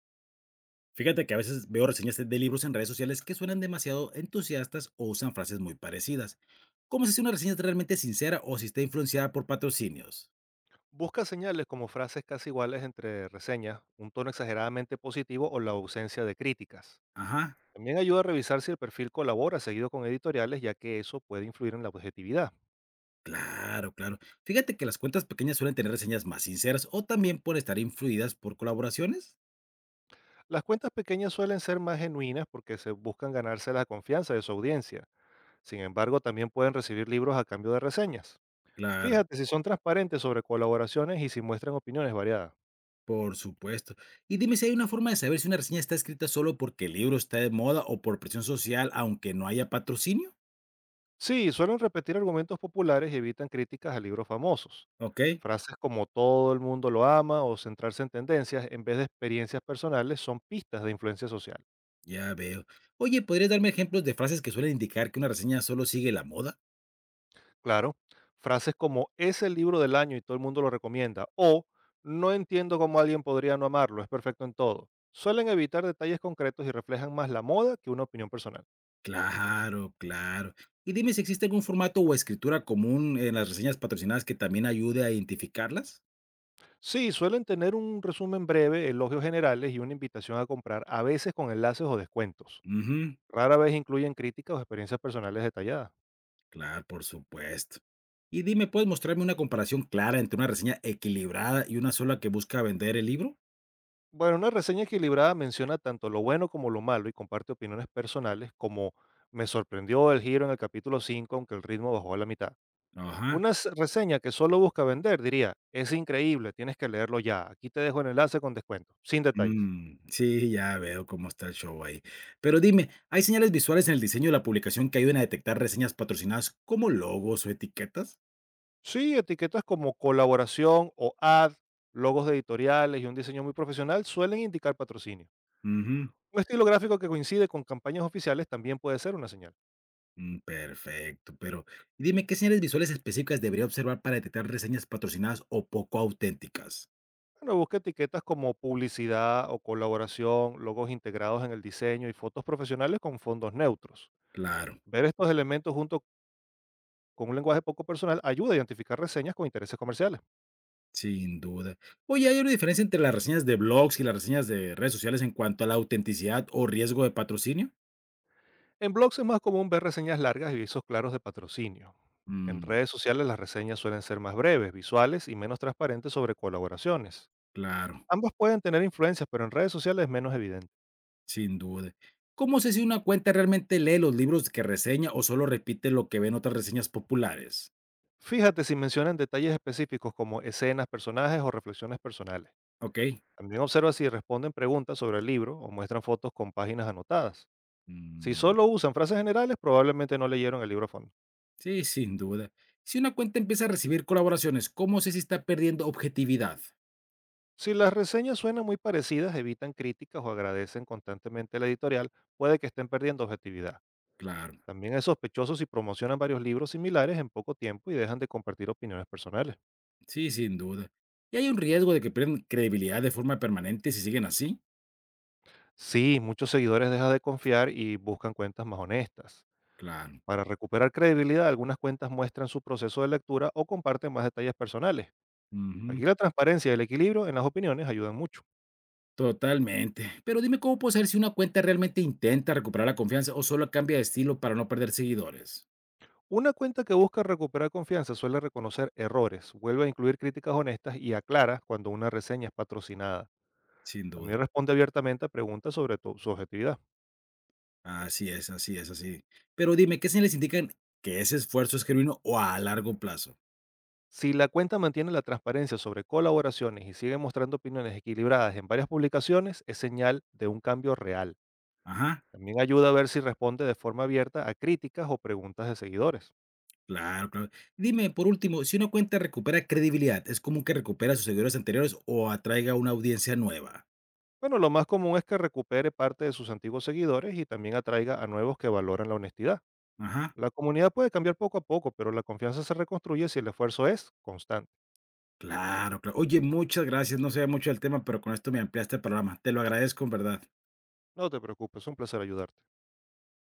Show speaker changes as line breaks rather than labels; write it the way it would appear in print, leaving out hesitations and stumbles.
Fíjate que a veces veo reseñas de libros en redes sociales que suenan demasiado entusiastas o usan frases muy parecidas. ¿Cómo si una reseña es realmente sincera o si está influenciada por patrocinios?
Busca señales como frases casi iguales entre reseñas, un tono exageradamente positivo o la ausencia de críticas.
Ajá,
También ayuda a revisar si el perfil colabora seguido con editoriales, ya que eso puede influir en la objetividad.
claro, claro. Fíjate que las cuentas pequeñas suelen tener reseñas más sinceras o también por estar influidas por colaboraciones.
Las cuentas pequeñas suelen ser más genuinas porque se buscan ganarse la confianza de su audiencia. Sin embargo, también pueden recibir libros a cambio de reseñas.
Claro,
Fíjate si son transparentes sobre colaboraciones y si muestran opiniones variadas.
por supuesto. Y dime si hay una forma de saber si una reseña está escrita solo porque el libro está de moda o por presión social, aunque no haya patrocinio.
Sí, suelen repetir argumentos populares y evitan críticas a libros famosos.
¿Ok?
Frases como todo el mundo lo ama o centrarse en tendencias en vez de experiencias personales son pistas de influencia social.
Ya veo. Oye, ¿podrías darme ejemplos de frases que suelen indicar que una reseña solo sigue la moda?
Claro, frases como es el libro del año y todo el mundo lo recomienda o no entiendo cómo alguien podría no amarlo, es perfecto en todo. Suelen evitar detalles concretos y reflejan más la moda que una opinión personal.
Claro, claro. Y dime si existe algún formato o escritura común en las reseñas patrocinadas que también ayude a identificarlas.
Sí, suelen tener un resumen breve, elogios generales y una invitación a comprar, a veces con enlaces o descuentos.
Ujú,
Rara vez incluyen críticas o experiencias personales detalladas.
claro, por supuesto. Y dime, ¿puedes mostrarme una comparación clara entre una reseña equilibrada y una sola que busca vender el libro?
Bueno, una reseña equilibrada menciona tanto lo bueno como lo malo y comparte opiniones personales como me sorprendió el giro en el capítulo 5, aunque el ritmo bajó a la mitad.
Ajá.
Reseña que solo busca vender diría, es increíble, tienes que leerlo ya, aquí te dejo el enlace con descuento, sin detalles.
Mm, sí, ya veo cómo está el show ahí. Pero dime, ¿hay señales visuales en el diseño de la publicación que ayuden a detectar reseñas patrocinadas como logos o etiquetas?
Sí, etiquetas como colaboración o ad, logos de editoriales y un diseño muy profesional suelen indicar patrocinio.
Ujú,
Un estilo gráfico que coincide con campañas oficiales también puede ser una señal.
mm, perfecto, pero dime, ¿qué señales visuales específicas debería observar para detectar reseñas patrocinadas o poco auténticas?
Bueno, busca etiquetas como publicidad o colaboración, logos integrados en el diseño y fotos profesionales con fondos neutros.
Claro,
Ver estos elementos junto con un lenguaje poco personal ayuda a identificar reseñas con intereses comerciales.
sin duda. Oye, ¿hay una diferencia entre las reseñas de blogs y las reseñas de redes sociales en cuanto a la autenticidad o riesgo de patrocinio?
En blogs es más común ver reseñas largas y visos claros de patrocinio. En
Mm,
redes sociales las reseñas suelen ser más breves, visuales y menos transparentes sobre colaboraciones.
claro,
Ambas pueden tener influencias, pero en redes sociales es menos evidente.
sin duda. ¿Cómo sé si una cuenta realmente lee los libros que reseña o solo repite lo que ven otras reseñas populares?
Fíjate si mencionan detalles específicos como escenas, personajes o reflexiones personales.
Ok.
También observa si responden preguntas sobre el libro o muestran fotos con páginas anotadas. Si
Mm,
solo usan frases generales, probablemente no leyeron el libro a fondo.
sí, sin duda. Si una cuenta empieza a recibir colaboraciones, ¿cómo sé si está perdiendo objetividad?
Si las reseñas suenan muy parecidas, evitan críticas o agradecen constantemente la editorial, puede que estén perdiendo objetividad.
Claro,
También es sospechoso si promocionan varios libros similares en poco tiempo y dejan de compartir opiniones personales.
sí, sin duda. ¿Y hay un riesgo de que pierdan credibilidad de forma permanente si siguen así?
Sí, muchos seguidores dejan de confiar y buscan cuentas más honestas.
Claro.
Para recuperar credibilidad, algunas cuentas muestran su proceso de lectura o comparten más detalles personales. Aquí
Ujú,
la transparencia y el equilibrio en las opiniones ayudan mucho.
totalmente. Pero dime cómo puedo saber si una cuenta realmente intenta recuperar la confianza o solo cambia de estilo para no perder seguidores.
Una cuenta que busca recuperar confianza suele reconocer errores, vuelve a incluir críticas honestas y aclara cuando una reseña es patrocinada.
Sin
También
duda.
responde abiertamente a preguntas sobre su objetividad.
Así es, así es, así. Pero dime, ¿qué señales indican que ese esfuerzo es genuino o a largo plazo?
Si la cuenta mantiene la transparencia sobre colaboraciones y sigue mostrando opiniones equilibradas en varias publicaciones, es señal de un cambio real.
Ajá.
También ayuda a ver si responde de forma abierta a críticas o preguntas de seguidores.
Claro, claro. Dime, por último, si una cuenta recupera credibilidad, ¿es común que recupera sus seguidores anteriores o atraiga una audiencia nueva?
Bueno, lo más común es que recupere parte de sus antiguos seguidores y también atraiga a nuevos que valoran la honestidad.
Ajá.
La comunidad puede cambiar poco a poco, pero la confianza se reconstruye si el esfuerzo es constante.
Claro, claro. Oye, muchas gracias. No sé mucho del tema, pero con esto me ampliaste el programa. Te lo agradezco en verdad.
No te preocupes, es un placer ayudarte.